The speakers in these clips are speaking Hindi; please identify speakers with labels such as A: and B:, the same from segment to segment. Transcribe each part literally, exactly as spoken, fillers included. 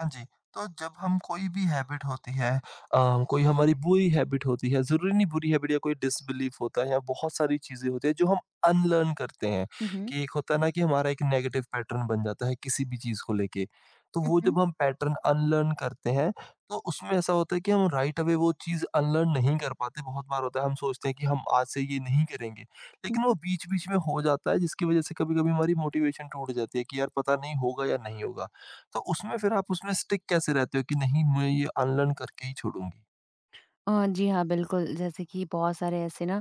A: हाँ जी, तो जब हम कोई भी हैबिट होती है अ, कोई हमारी बुरी हैबिट होती है, ज़रूरी नहीं बुरी हैबिट या कोई डिसबिलीफ होता है या बहुत सारी चीज़ें होती हैं जो हम अनलर्न करते हैं,
B: Hı hı.
A: कि एक होता है ना कि हमारा एक नेगेटिव पैटर्न बन जाता है किसी भी चीज़ को लेके। तो
B: Hı
A: वो
B: hı.
A: जब हम पैटर्न अनलर्न करते हैं, तो उसमें ऐसा होता है कि हम राइट अवे वो चीज़ अनलर्न नहीं कर पाते, बहुत बार होता है हम सोचते हैं कि हम आज से ये नहीं करेंगे।
B: Hı
A: लेकिन
B: hı.
A: वो बीच-बीच में हो जाता है जिसकी वज़ह से कभी-कभी हमारी मोटिवेशन टूट जाती है कि यार पता नहीं होगा या नहीं होगा। तो उसमें फिर आप उसमें स्टिक कैसे रहते हो कि नहीं मैं ये अनलर्न करके ही छोड़ूँगी?
B: अ, जी हाँ, बिल्कुल, जैसे कि बहुत सारे ऐसे ना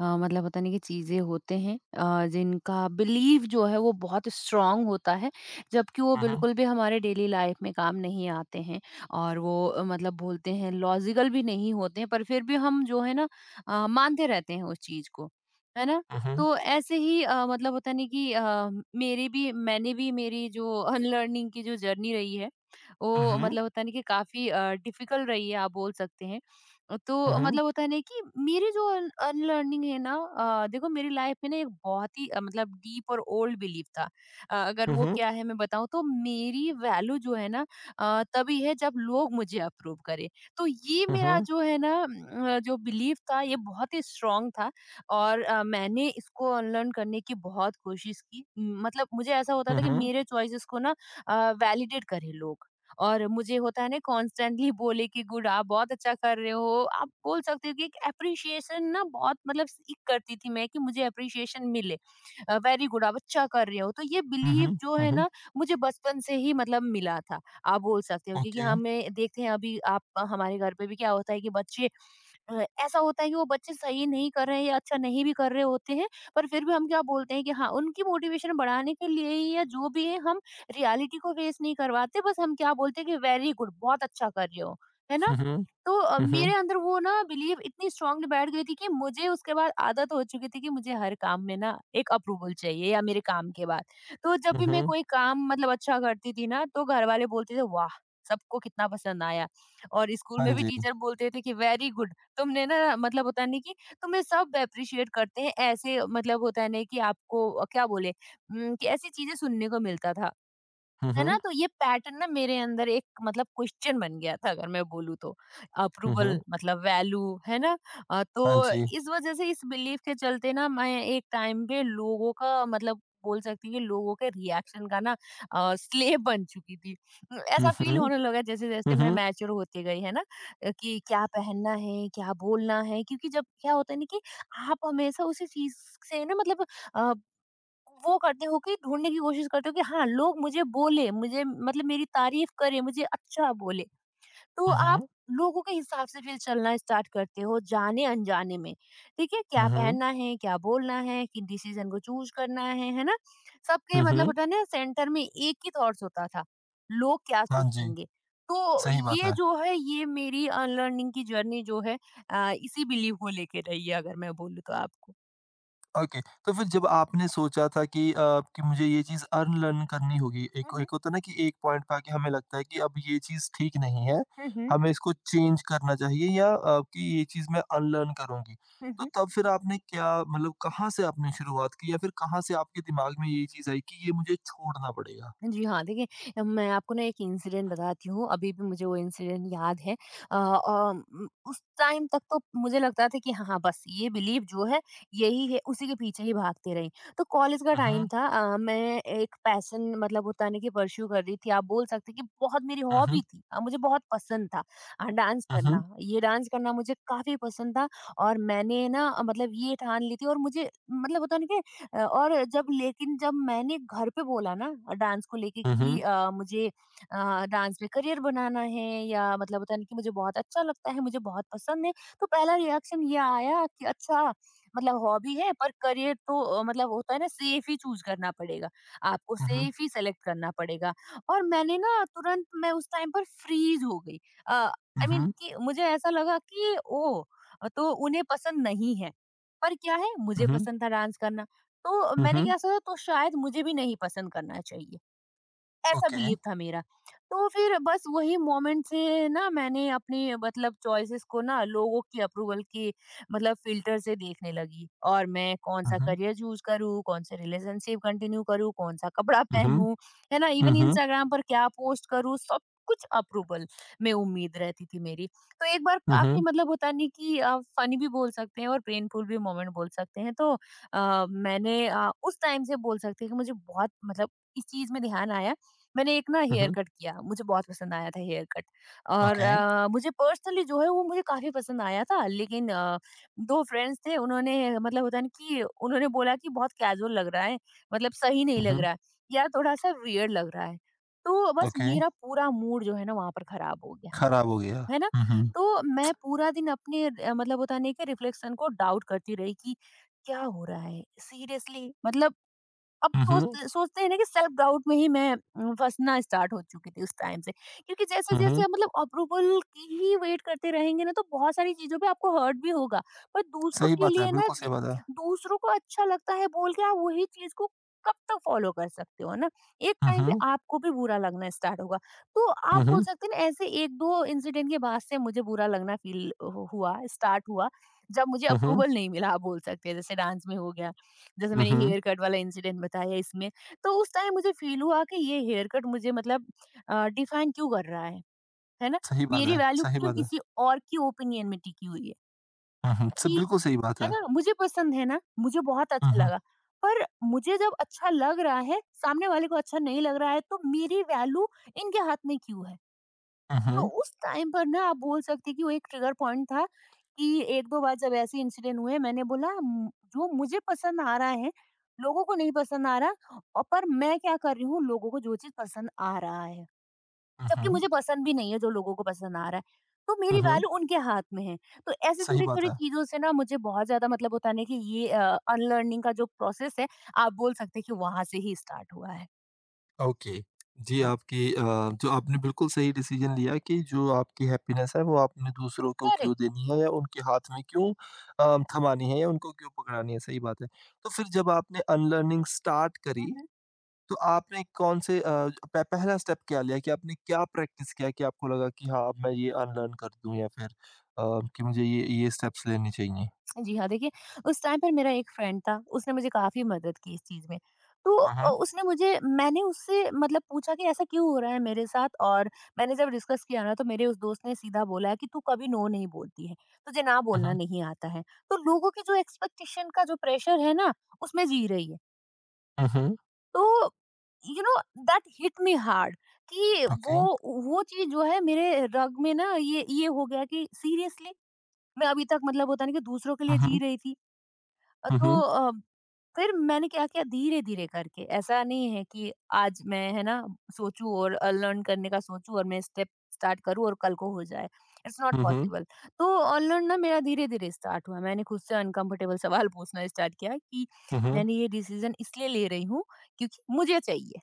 B: अ, मतलब होता नहीं कि चीज़ें होते हैं, अ, जिनका बिलीव जो है वो बहुत स्ट्रॉन्ग होता है, जबकि वो
A: हुँ, हुँ,
B: बिल्कुल भी हमारे डेली लाइफ में काम नहीं आते हैं और वो अ, मतलब बोलते हैं लॉजिकल भी नहीं होते हैं, पर फिर भी हम जो है ना अ, मानते रहते हैं उस चीज़ को, है ना?
A: हुँ, हुँ,
B: तो ऐसे ही अ, मतलब होता नहीं कि अ, मेरी भी मैंने भी मेरी जो अनलर्निंग की जो जर्नी रही है, वो
A: हुँ,
B: मतलब होता नहीं कि काफ़ी अ, डिफ़िकल्ट रही है आप बोल सकते हैं। अ,
A: हुँ,
B: तो
A: हुँ,
B: मतलब होता है ना कि मेरी जो अन अनलर्निंग है ना, अ, देखो मेरी लाइफ में ना एक बहुत ही अ, मतलब डीप और ओल्ड बिलीफ था। अ, अगर
A: हुँ,
B: वो
A: हुँ,
B: क्या है मैं बताऊँ तो मेरी वैल्यू जो है ना अ, तभी है जब लोग मुझे अप्रूव करें। तो ये
A: हुँ, हुँ,
B: मेरा
A: हुँ,
B: जो है ना, अम, अ, जो बिलीफ था ये बहुत ही स्ट्रॉन्ग था और अ, मैंने इसको अनलर्न करने की बहुत कोशिश की। म, मतलब मुझे ऐसा होता था कि
A: हुँ,
B: मेरे चॉइसेस को ना अ, वैलिडेट करें लोग। और मुझे होता है ना कॉन्स्टेंटली बोले कि गुड, आप बहुत अच्छा कर रहे हो, आप बोल सकते हो कि एक अप्रिशिएशन ना बहुत मतलब सीख करती थी मैं कि मुझे अप्रिशिएशन मिले, वेरी गुड, आप अच्छा कर रहे हो। तो ये
A: हुँ,
B: बिलीव जो
A: हुँ,
B: है
A: हुँ,
B: ना मुझे बचपन से ही मतलब मिला था, आप बोल सकते हो, क्योंकि
A: ओके, हुँ,
B: हमें देखते हैं अभी आप हमारे घर पे भी क्या होता है कि बच्चे, अ, ऐसा होता है कि वो बच्चे सही नहीं कर रहे हैं या अच्छा नहीं भी कर रहे होते हैं, पर फिर भी हम क्या बोलते हैं कि हाँ, उनकी मोटिवेशन बढ़ाने के लिए ही या जो भी है, हम रियलिटी को फेस नहीं करवाते, बस हम क्या बोलते हैं कि वेरी गुड, बहुत अच्छा कर रहे हो, है ना?
A: हुँ, हुँ,
B: तो अ, मेरे
A: हुँ,
B: अंदर वो ना बिलीव इतनी स्ट्रांगली बैठ गई थी कि मुझे उसके बाद आदत हो चुकी थी कि मुझे हर काम में ना एक अप्रूवल चाहिए या मेरे काम के बाद। तो जब
A: हुँ,
B: भी मैं
A: हुँ,
B: कोई काम मतलब अच्छा करती थी ना तो घर वाले बोलते थे, वाह, सबको कितना पसंद आया। और स्कूल
A: हाँ
B: में भी
A: जी,
B: टीचर बोलते थे कि वेरी गुड, तुमने ना मतलब होता नहीं कि तुम्हें सब अप्रिशिएट करते हैं, ऐसे मतलब होता नहीं कि आपको अ, क्या बोले, उम, कि ऐसी चीजें सुनने को मिलता था,
A: हुँ,
B: है ना?
A: हुँ,
B: तो ये पैटर्न ना मेरे अंदर एक मतलब क्वेश्चन बन गया था अगर मैं बोलूँ तो,
A: हुँ, हुँ,
B: अप्रूवल मतलब वैल्यू, है ना? अ, तो
A: हाँ जी,
B: इस वजह से, इस बिलीफ के चलते ना मैं एक टाइम पे लोगों का मतलब बोल सकती हूँ कि लोगों के रिएक्शन का ना अ, स्लेव बन चुकी थी। उम,
A: हुँ,
B: ऐसा फील
A: हुँ,
B: होने लगा
A: हुँ,
B: जैसे-जैसे मैं
A: हुँ,
B: मैच्योर होती गई, है ना? अ, कि क्या पहनना है, क्या बोलना है, क्योंकि जब क्या होता है ना कि आप हमेशा उसी चीज़ से ना मतलब अ, वो करती हूँ कि ढूँढने की कोशिश करती हूँ कि हाँ, लोग मुझे बोले, मुझे मतलब मेरी तारीफ़ करें, मुझे अच्छा बोले। तो
A: हुँ,
B: आप
A: हुँ,
B: लोगों के हिसाब से फिर चलना स्टार्ट करते हो जाने-अनजाने में, ठीक है? क्या
A: हुँ,
B: पहनना है, क्या बोलना है, किन डिसीज़न को चूज़ करना है, है ना? सबके
A: हुँ,
B: मतलब
A: हुँ,
B: होता है ना सेंटर में एक ही थॉट्स होता था, लोग क्या
A: हाँ जी,
B: सोचेंगे? तो
A: सही बात
B: ये
A: है।
B: जो है ये मेरी अनलर्निंग की जर्नी जो है अ, इसी बिलीव को लेके रही है, अगर मैं बोलूँ तो आपको।
A: ओके, तो फिर जब आपने सोचा था कि अ, कि मुझे ये चीज़ अनलर्न करनी होगी,
B: हुँ,
A: एक
B: हुँ।
A: एक होता है ना कि एक पॉइंट पे आके हमें लगता है कि अब ये चीज़ ठीक नहीं है,
B: हुँ, हुँ।
A: हमें इसको चेंज करना चाहिए या अ, कि ये चीज़ मैं अनलर्न करूँगी।
B: हुँ,
A: तो
B: हुँ।
A: तब फिर आपने क्या मतलब कहाँ से आपने शुरुआत की या फिर कहाँ से आपके दिमाग में ये चीज़ आई कि ये मुझे छोड़ना पड़ेगा?
B: जी हाँ, देखिए मैं आपको ना एक इंसिडेंट बताती हूँ, अभी भी मुझे वो इंसिडेंट याद है। अ अ, उम, उस टाइम तक तो मुझे लगता था कि हाँ, हाँ, बस ये बिलीफ जो है, यही है, उसी के पीछे ही भागते रहीं। तो कॉलेज का टाइम
A: उहुँ,
B: था। अ, मैं एक पैशन मतलब होता है ना कि परस्यू कर रही थी, आप बोल सकते हैं कि बहुत मेरी हॉबी
A: उहुँ,
B: थी। अ, मुझे बहुत पसंद था अ, डांस
A: उहुँ,
B: करना। ये डांस करना मुझे काफ़ी पसंद था, और मैंने ना अ, मतलब ये ठान ली थी और मुझे मतलब होता है ना कि, अ, और जब, लेकिन जब मैंने घर पे बोला ना डांस को लेके कि
A: उहुँ,
B: अ, मुझे अ, डांस में करियर बनाना है, या मतलब होता है ना कि मुझे बहुत अच्छा लगता है, मुझे बहुत पसंद है, तो पहला रिएक्शन ये आया कि अच्छा, मतलब हॉबी है पर करियर तो अ, मतलब होता है ना सेफ ही चूज़ करना पड़ेगा, आपको
A: उहुँ,
B: सेफ ही सेलेक्ट करना पड़ेगा। और मैंने ना तुरंत, मैं उस टाइम पर फ्रीज़ हो गई। अ, आई मीन
A: उहुँ,
B: कि मुझे ऐसा लगा कि ओह! तो उन्हें पसंद नहीं है। पर क्या है, मुझे
A: उहुँ,
B: पसंद था डांस करना। तो मैंने
A: उहुँ,
B: क्या सोचा, तो शायद मुझे भी नहीं पसंद करना चाहिए, ऐसा
A: ओके।
B: बिलीव था मेरा। तो फिर बस वही मोमेंट से ना मैंने अपनी मतलब चॉइसेस को ना लोगों की अप्रूवल की मतलब फ़िल्टर से देखने लगी, और मैं कौन-सा
A: उहुँ,
B: करियर चूज़ करूँ, कौन से रिलेशनशिप कंटिन्यू करूँ, कौन-सा कपड़ा
A: उहुँ,
B: पहनूँ, है ना? इवन
A: उहुँ,
B: इंस्टाग्राम पर क्या पोस्ट करूँ, सब कुछ अप्रूवल में उम्मीद रहती थी मेरी। तो एक बार
A: उहुँ,
B: काफ़ी मतलब होता नहीं कि अ, फ़नी भी बोल सकते हैं और पेनफुल भी मोमेंट बोल सकते हैं। तो अ, मैंने अ, उस टाइम से बोल सकते हैं कि मुझे बहुत मतलब इस चीज़ में ध्यान आया। मैंने एक ना हेयर
A: उहुँ,
B: कट किया, मुझे बहुत पसंद आया था हेयर कट, और
A: ओके।
B: अ, मुझे पर्सनली जो है वो मुझे काफ़ी पसंद आया था, लेकिन अ, दो फ्रेंड्स थे, उन्होंने मतलब होता है ना कि उन्होंने बोला कि बहुत कैजुअल लग रहा है, मतलब सही नहीं लग
A: उहुँ,
B: रहा है या थोड़ा-सा वियर्ड लग रहा है। तो बस
A: ओके।
B: मेरा पूरा मूड जो है ना वहाँ पर खराब हो गया,
A: खराब हो गया।
B: है ना?
A: हुँ, हुँ।
B: तो मैं पूरा दिन अपने अ, मतलब होता नहीं कि रिफ्लेक्शन को डाउट करती रही कि क्या हो रहा है? सीरियसली मतलब अब
A: हुँ, हुँ।
B: सोचते सोचते हैं ना कि सेल्फ डाउट में ही मैं अ, फंसना स्टार्ट हो चुकी थी उस टाइम से, क्योंकि जैसे
A: हुँ,
B: जैसे
A: हुँ।
B: आप मतलब अप्रूवल की ही वेट करते रहेंगे ना तो बहुत सारी चीजों पे आपको हर्ट भी होगा। पर दूसरों
A: सही
B: के
A: बात है,
B: लिए ना
A: बिल्कुल
B: जी-
A: सही बात है।
B: दूसरों को अच्छा लगता है बोल के आप वही चीज को कब तक फॉलो कर सकते हो ना, एक
A: हुँ,
B: टाइम पे
A: हुँ।
B: आपको भी बुरा लगना स्टार्ट होगा। तो आप
A: हुँ,
B: बोल
A: हुँ।
B: सकते हैं ना, ऐसे एक दो इंसिडेंट के बाद से मुझे बुरा लगना फील हुआ, स्टार्ट हुआ जब मुझे
A: हुँ, हुँ।
B: अप्रूवल नहीं मिला, आप बोल सकते हैं, जैसे डांस में हो गया, जैसे
A: हुँ,
B: मैंने
A: हुँ।
B: हेयर कट वाला इंसिडेंट बताया इसमें, तो उस टाइम मुझे फ़ील हुआ कि ये हेयर कट मुझे मतलब अ, डिफाइन क्यों कर रहा है, है ना?
A: सही बात
B: मेरी
A: है,
B: वैल्यू
A: सही
B: क्यों
A: बात है।
B: किसी और की ओपिनियन में टिकी हुई है?
A: हुँ, हुँ। स
B: कि,
A: बिल्कुल सही बात
B: है
A: है।
B: ना, मुझे पसंद है ना, मुझे बहुत
A: हुँ,
B: अच्छा
A: हुँ।
B: लगा, पर मुझे जब अच्छा लग रहा है, सामने वाले को अच्छा नहीं लग रहा है, तो मेरी वैल्यू इनके हाथ में क्यों है?
A: हुँ,
B: तो
A: हुँ।
B: उस टाइम पर ना आप बोल सकते हैं कि वो एक ट्रिगर पॉइंट था कि एक दो बार जब ऐसे इंसिडेंट हुए, मैंने बोला, "म- जो मुझे पसंद आ रहा है लोगों को नहीं पसंद आ रहा, और पर मैं क्या कर रही हूँ, लोगों को जो चीज पसंद आ रहा है,
A: हुँ,
B: जबकि
A: हुँ।
B: मुझे पसंद भी नहीं है जो लोगों को पसंद आ रहा है, तो
A: हुँ,
B: मेरी गाल
A: हुँ।
B: उनके हाथ में है। तो ऐसे
A: सही
B: छोटी
A: बात
B: छोटी
A: है।
B: चीजों से ना मुझे बहुत ज्यादा मतलब होता नहीं कि ये अनलर्निंग का जो प्रोसेस है, आप बोल सकते हैं कि वहां से ही स्टार्ट हुआ है।
A: ओके। जी, आपकी अ, जो आपने बिल्कुल सही डिसीज़न लिया कि जो आपकी हैप्पीनेस है वो आपने दूसरों को क्यों
B: करेक्ट।
A: देनी है या उनके हाथ में क्यों अ, थमानी है या उनको क्यों पकड़ानी है, सही बात है। तो फिर जब आपने अनलर्निंग स्टार्ट करी तो आपने कौन से अ, प पहला स्टेप क्या लिया कि आपने क्या प्रैक्टिस किया कि आपको लगा कि हाँ, अब मैं ये अनलर्न कर दूँ या फिर अ, कि मुझे ये ये स्टेप्स लेने चाहिए?
B: जी हाँ, देखिए उस टाइम पर मेरा एक फ्रेंड था, उसने मुझे काफ़ी मदद की इस चीज़ में। तो
A: हुँ,
B: अ,
A: हुँ।
B: उसने मुझे, मैंने उससे मतलब पूछा कि ऐसा क्यों हो रहा है मेरे साथ। और मैंने जब डिस्कस किया ना तो मेरे उस दोस्त ने सीधा बोला है कि तू कभी नो नहीं बोलती है, तुझे ना
A: हुँ,
B: बोलना
A: हुँ।
B: नहीं आता है। तो लोगों की जो एक्सपेक्टेशन का जो प्रेशर है ना, उसमें जी रही है।
A: हुँ, हुँ।
B: तो you know, that hit me hard कि
A: ओके।
B: वो वो चीज़ जो है मेरे रग में ना ये ये हो गया कि सीरियसली मैं अभी तक मतलब होता नहीं कि दूसरों के
A: हुँ,
B: लिए जी
A: हुँ।
B: रही थी। अ,
A: हुँ,
B: तो
A: हुँ।
B: अ, फिर मैंने क्या किया धीरे-धीरे करके, ऐसा नहीं है कि आज मैं, है ना, सोचूँ और अ, लर्न करने का सोचूँ और मैं स्टेप स्टार्ट करूँ और कल को हो जाए। It's not
A: hmm, hmm.
B: Possible. तो अनलर्न ना मेरा धीरे-धीरे स्टार्ट हुआ। मैंने खुद से अनकम्फर्टेबल सवाल पूछना स्टार्ट किया कि
A: हुँ, हुँ।
B: मैंने ये डिसीजन इसलिए ले रही हूँ क्योंकि मुझे चाहिए।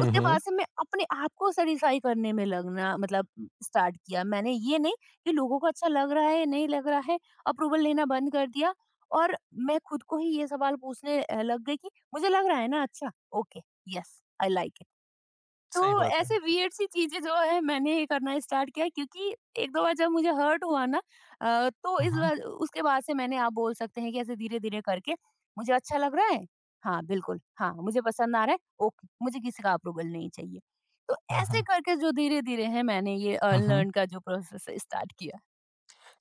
A: हुँ,
B: उसके बाद
A: हुँ।
B: से मैं अपने आप को सैटिस्फाई करने में लगना मतलब स्टार्ट किया, मैंने ये नहीं कि लोगों को अच्छा लग रहा है नहीं लग रहा है, अप्रूवल लेना बंद कर दिया। और मैं खुद को ही ये सवाल पूछने अ, लग गई कि मुझे लग रहा है ना अच्छा। Okay, yes I like.
A: सही
B: तो
A: बात है।
B: ऐसे वियर्ड सी चीज़ें जो है मैंने करना स्टार्ट किया, क्योंकि एक दो बार जब मुझे हर्ट हुआ ना अ, तो
A: हुँ,
B: इस
A: हुँ।
B: बार उसके बाद से मैंने, आप बोल सकते हैं कि, ऐसे धीरे-धीरे करके मुझे अच्छा लग रहा है, हाँ, बिल्कुल, हाँ, मुझे पसंद आ रहा है, ओके, मुझे किसी का अप्रूवल नहीं चाहिए। तो
A: हुँ,
B: ऐसे
A: हुँ।
B: करके जो धीरे-धीरे है मैंने ये अ,
A: हुँ, हुँ।
B: लर्न का जो प्रोसेस है स्टार्ट किया।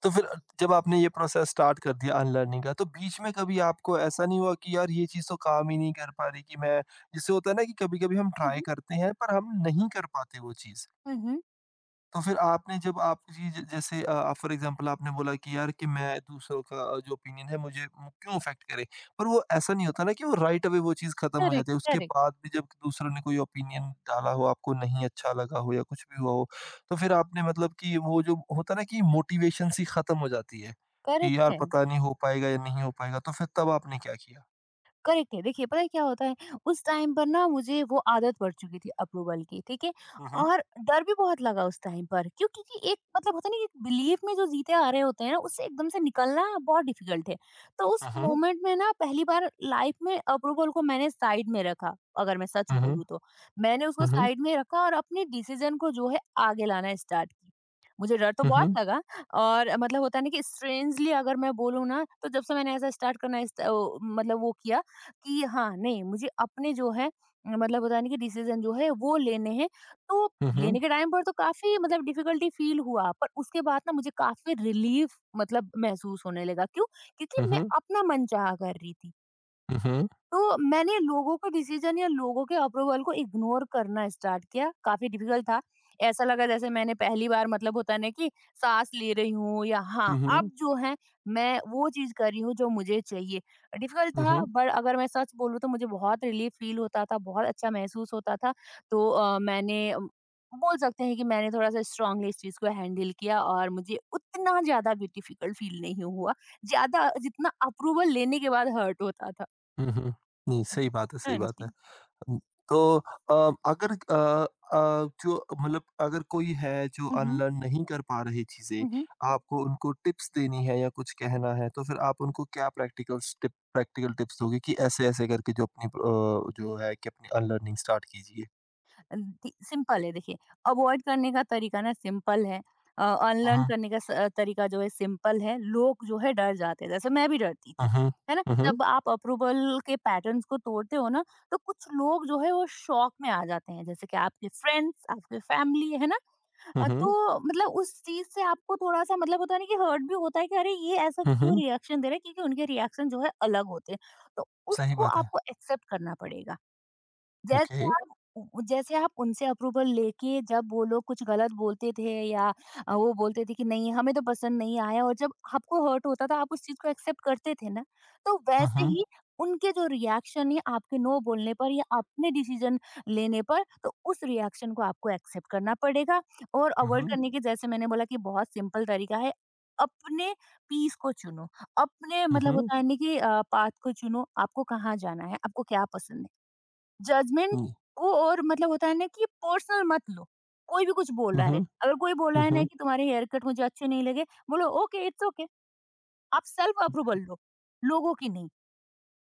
A: तो फिर जब आपने ये प्रोसेस स्टार्ट कर दिया अनलर्निंग का, तो बीच में कभी आपको ऐसा नहीं हुआ कि यार ये चीज़ तो काम ही नहीं कर पा रही कि मैं जैसे होता है ना कि कभी-कभी हम
B: हुँ,
A: ट्राई
B: हुँ।
A: करते हैं पर हम नहीं कर पाते वो चीज़।
B: हुँ, हुँ।
A: तो फिर आपने जब आप किसी ज जैसे अ, आप फॉर एग्ज़ाम्पल आपने बोला कि यार कि मैं दूसरों का अ, जो ओपिनियन है मुझे मु- क्यों अफ़ेक्ट करे? पर वो ऐसा नहीं होता ना कि वो राइट अवे वो चीज़ ख़त्म हो
B: करेक्ट,
A: जाती है। उसके
B: करेक्ट,
A: बाद भी जब दूसरों ने कोई ओपिनियन डाला हो, आपको नहीं अच्छा लगा हो या कुछ भी हुआ हो, तो फिर आपने मतलब कि वो जो होता है ना कि मोटिवेशन सी ख़त्म हो जाती है, कि
B: करेक्ट
A: यार
B: है।
A: पता नहीं हो पाएगा या नहीं हो पाएगा, तो फिर तब आपने क्या किया?
B: करेक्ट है। देखिए, पता है क्या होता है, उस टाइम पर ना मुझे वो आदत पड़ चुकी थी अप्रूवल की, ठीक है?
A: हुँ, हुँ।
B: और डर भी बहुत लगा उस टाइम पर, क्योंकि कि एक मतलब होता है ना, एक बिलीफ में जो जीते आ रहे होते हैं ना, उससे एकदम से निकलना बहुत डिफ़िकल्ट है। तो उस
A: हुँ, हुँ।
B: मोमेंट में ना पहली बार लाइफ़ में अप्रूवल को मैंने साइड में रखा, अगर मैं सच
A: हुँ, हुँ।
B: बोलूँ तो। मैंने उसको
A: हुँ, हुँ।
B: साइड में रखा और अपने डिसीज़न को जो है आगे लाना स्टार्ट की। मुझे डर तो बहुत लगा, और मतलब होता है ना कि स्ट्रेंजली अगर मैं बोलूँ ना, तो जब से मैंने ऐसा स्टार्ट करना इस अ, मतलब वो किया कि हाँ, नहीं मुझे अपने जो है मतलब होता है ना कि डिसीज़न जो है वो लेने हैं। तो
A: हुँ, हुँ।
B: लेने के टाइम पर तो काफ़ी मतलब डिफ़िकल्टी फ़ील हुआ, पर उसके बाद ना मुझे काफ़ी रिलीफ़ मतलब महसूस होने लगा। क्यों?
A: हुँ,
B: क्योंकि मैं
A: हुँ।
B: अपना मनचाहा कर रही थी।
A: हुँ, हुँ।
B: तो मैंने लोगों के डिसीजन या लोगों के अप्रूवल को इग्नोर करना स्टार्ट किया। काफी डिफिकल्ट था। ऐसा लगा जैसे मैंने पहली बार मतलब होता है ना कि सांस ले रही हूँ, या हाँ
A: हुँ,
B: अब
A: हुँ।
B: जो है मैं वो चीज कर रही हूँ जो मुझे चाहिए। डिफिकल्ट
A: हुँ,
B: था,
A: हुँ।
B: बट अगर मैं सच बोलूँ तो मुझे बहुत रिलीफ फील होता था, बहुत अच्छा महसूस होता था। तो अ, मैंने अम, बोल सकते हैं कि मैंने थोड़ा सा स्ट्रांगली इस चीज को हैंडल किया, और मुझे उतना ज्यादा भी डिफिकल्ट फील नहीं हुआ, ज्यादा जितना अप्रूवल लेने के बाद हर्ट होता था।
A: हुँ, हुँ। नहीं, सही बात है,
B: हाँ
A: सही बात है।
B: जी।
A: उम, तो अ, अगर अ अ, जो मतलब अगर कोई है जो
B: हुँ,
A: अनलर्न नहीं कर पा रही चीज़ें,
B: हुँ, हुँ।
A: आपको उनको टिप्स देनी है या कुछ कहना है, तो फिर आप उनको क्या प्रैक्टिकल्स टिप प्रैक्टिकल टिप्स दोगे कि ऐसे-ऐसे करके जो अपनी अ, जो है कि अपनी अनलर्निंग स्टार्ट कीजिए?
B: दी सिंपल है। देखिए, अवॉइड करने का तरीका ना सिंपल है। अ,
A: हुँ,
B: अनलर्न
A: हुँ।
B: करने का स अ, तरीका जो है सिंपल है। लोग जो है डर जाते हैं, जैसे मैं भी डरती थी, है ना?
A: हुँ, हुँ। हुँ, हुँ।
B: जब आप अप्रूवल के पैटर्न्स को तोड़ते हो ना, तो कुछ लोग जो है वो शॉक में आ जाते हैं, जैसे कि आपके फ्रेंड्स, आपके फैमिली, है ना?
A: हुँ,
B: अ,
A: हुँ।
B: तो मतलब उस चीज़ से आपको थोड़ा-सा मतलब होता है ना कि हर्ट भी होता है कि अरे! ये ऐसा
A: हुँ,
B: क्यों
A: हुँ।
B: रिएक्शन दे रहा है? क्योंकि उनके रिएक्शन जो है अलग होते हैं। तो
A: सही
B: उसको
A: बात है।
B: आपको एक्सेप्ट करना पड़ेगा। जैसे
A: ओके।
B: आप उ जैसे आप उनसे अप्रूवल लेके जब वो लोग कुछ गलत बोलते थे, या अ, वो बोलते थे कि नहीं हमें तो पसंद नहीं आया, और जब आपको हर्ट होता था आप उस चीज़ को एक्सेप्ट करते थे ना, तो
A: हुँ,
B: वैसे
A: हुँ।
B: ही उनके जो रिएक्शन है आपके नो बोलने पर या अपने डिसीज़न लेने पर, तो उस रिएक्शन को आपको एक्सेप्ट करना पड़ेगा। और
A: हुँ,
B: अवॉइड
A: हुँ।
B: करने के, जैसे मैंने बोला, कि बहुत सिंपल तरीका है, अपने पीस को चुनो, अपने
A: हुँ,
B: मतलब
A: हुँ।
B: होता है ना कि अ, पाथ को चुनो, आपको कहाँ जाना है, आपको क्या पसंद है। जजमेंट को और मतलब होता है ना कि पर्सनल मत लो। कोई भी कुछ बोल
A: हुँ,
B: रहा है,
A: हुँ,
B: अगर कोई बोला
A: हुँ,
B: है ना
A: हुँ।
B: कि तुम्हारे हेयर कट मुझे अच्छे नहीं लगे, बोलो ओके इट्स ओके। आप सेल्फ अप्रूवल लो, लोगों की नहीं।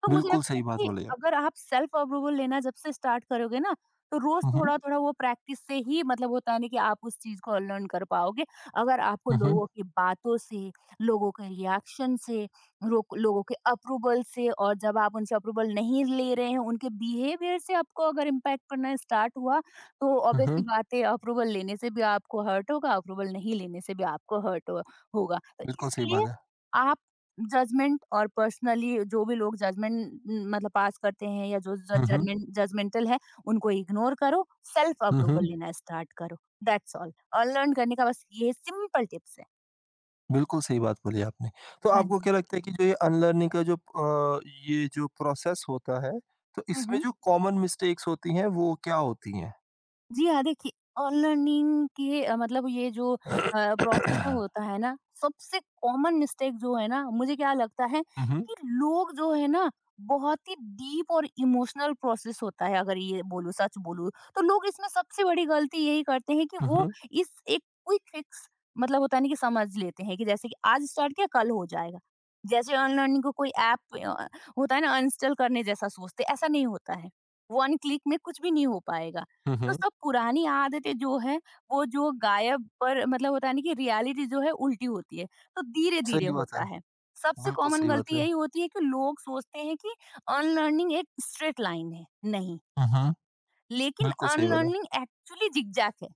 B: तो मुझे
A: बिल्कुल
B: लगता है
A: सही बात
B: कि
A: बोले आप।
B: अगर आप सेल्फ अप्रूवल लेना जब से स्टार्ट करोगे ना, तो रोज
A: हुँ, हुँ।
B: थोड़ा-थोड़ा वो प्रैक्टिस से ही मतलब होता है ना कि आप उस चीज़ को लर्न कर पाओगे। अगर आपको
A: हुँ, हुँ।
B: लोगों की बातों से, लोगों के रिएक्शन से, रोक लोगों के अप्रूवल से, और जब आप उनसे अप्रूवल नहीं ले रहे हैं, उनके बिहेवियर से आपको अगर इम्पैक्ट पड़ना स्टार्ट हुआ, तो
A: हुँ,
B: ऑब्वियस सी
A: हुँ।
B: बात है अप्रूवल लेने से भी आपको हर्ट होगा, अप्रूवल नहीं लेने से भी आपको हर्ट हो होगा। तो
A: बिल्कुल सही
B: इसलिए
A: बात है।
B: आप जजमेंट, और पर्सनली जो भी लोग जजमेंट मतलब पास करते हैं, या जो
A: हुँ, हुँ।
B: जजमेंट जजमेंटल है, उनको इग्नोर करो, सेल्फ
A: हुँ,
B: अप्रूवल
A: हुँ।
B: लेना स्टार्ट करो। That's all. और लर्न करने का बस ये सिंपल टिप्स है।
A: बिल्कुल सही बात बोली आपने। तो
B: हाँ
A: आपको
B: जी।
A: क्या लगता है कि जो ये अनलर्निंग का जो अ, ये जो प्रोसेस होता है, तो इसमें जो कॉमन मिस्टेक्स होती हैं वो क्या होती हैं?
B: जी हाँ, देखिए, ऑनलाइन के अ, मतलब ये जो अ, प्रोसेस में होता है ना, सबसे कॉमन मिस्टेक जो है ना, मुझे क्या लगता है
A: हुँ, हुँ।
B: कि लोग जो है ना, बहुत ही डीप और इमोशनल प्रोसेस होता है अगर ये बोलूँ, सच बोलूँ, तो लोग इसमें सबसे बड़ी गलती यही करते हैं कि
A: हुँ,
B: वो
A: हुँ।
B: इस एक क्विक फिक्स मतलब होता है ना कि समझ लेते हैं, कि जैसे कि आज स्टार्ट किया कल हो जाएगा। जैसे अनलर्निंग को कोई ऐप अ, होता है ना अनइंस्टॉल करने जैसा सोचते हैं, ऐसा नहीं होता है। वन क्लिक में कुछ भी नहीं हो पाएगा।
A: हुँ,
B: तो
A: हुँ।
B: सब पुरानी आदतें जो है वो जो गायब, पर मतलब होता है ना कि रियलिटी जो है उल्टी होती है, तो धीरे धीरे
A: सही बात है।
B: होता है। सबसे
A: बिल्कुल
B: कॉमन
A: सही बात
B: गलती
A: है।
B: यही होती है कि लोग सोचते हैं कि अनलर्निंग एक स्ट्रेट लाइन है। नहीं,
A: हुँ, हुँ।
B: लेकिन
A: बिल्कुल सही बात है।
B: अनलर्निंग एक्चुअली जिगजैग है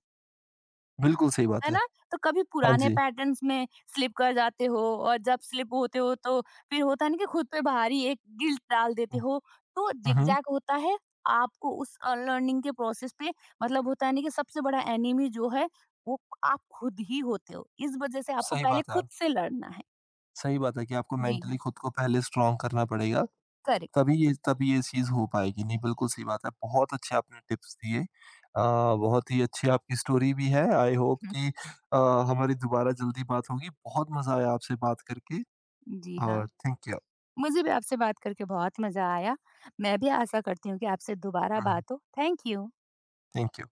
A: बिल्कुल सही बात
B: है ना?
A: है।
B: तो कभी
A: हाँ
B: पुराने
A: जी।
B: पैटर्न्स में स्लिप कर जाते हो, और जब स्लिप होते हो तो फिर होता है ना कि खुद पे भारी एक गिल्ट डाल देते हो। तो
A: हुँ, हुँ।
B: ज़िगज़ैग होता है, आपको उस अनलर्निंग के प्रोसेस पे मतलब होता है ना कि सबसे बड़ा एनिमी जो है वो आप खुद ही होते हो। इस वज़ह से आपको
A: सही
B: पहले
A: बात है।
B: खुद से लड़ना है।
A: सही बात है कि आपको
B: जी
A: मेंटली
B: हाँ,
A: खुद को पहले स्ट्रॉन्ग करना पड़ेगा।
B: करेक्ट।
A: तभी ये तभी ये चीज़ हो पाएगी। नहीं, बिल्कुल सही बात है। बहुत अच्छे आपने टिप्स दिए। अ, बहुत ही अच्छी आपकी स्टोरी भी है। आई होप
B: हुँ,
A: कि अ, हमारी दोबारा जल्दी बात होगी। बहुत मज़ा आया आपसे बात करके
B: जी हाँ।
A: और थैंक यू।
B: मुझे भी आपसे बात करके बहुत मज़ा आया। मैं भी आशा करती हूँ कि आपसे दोबारा
A: हुँ, हुँ।
B: बात हो। Thank you.
A: Thank you.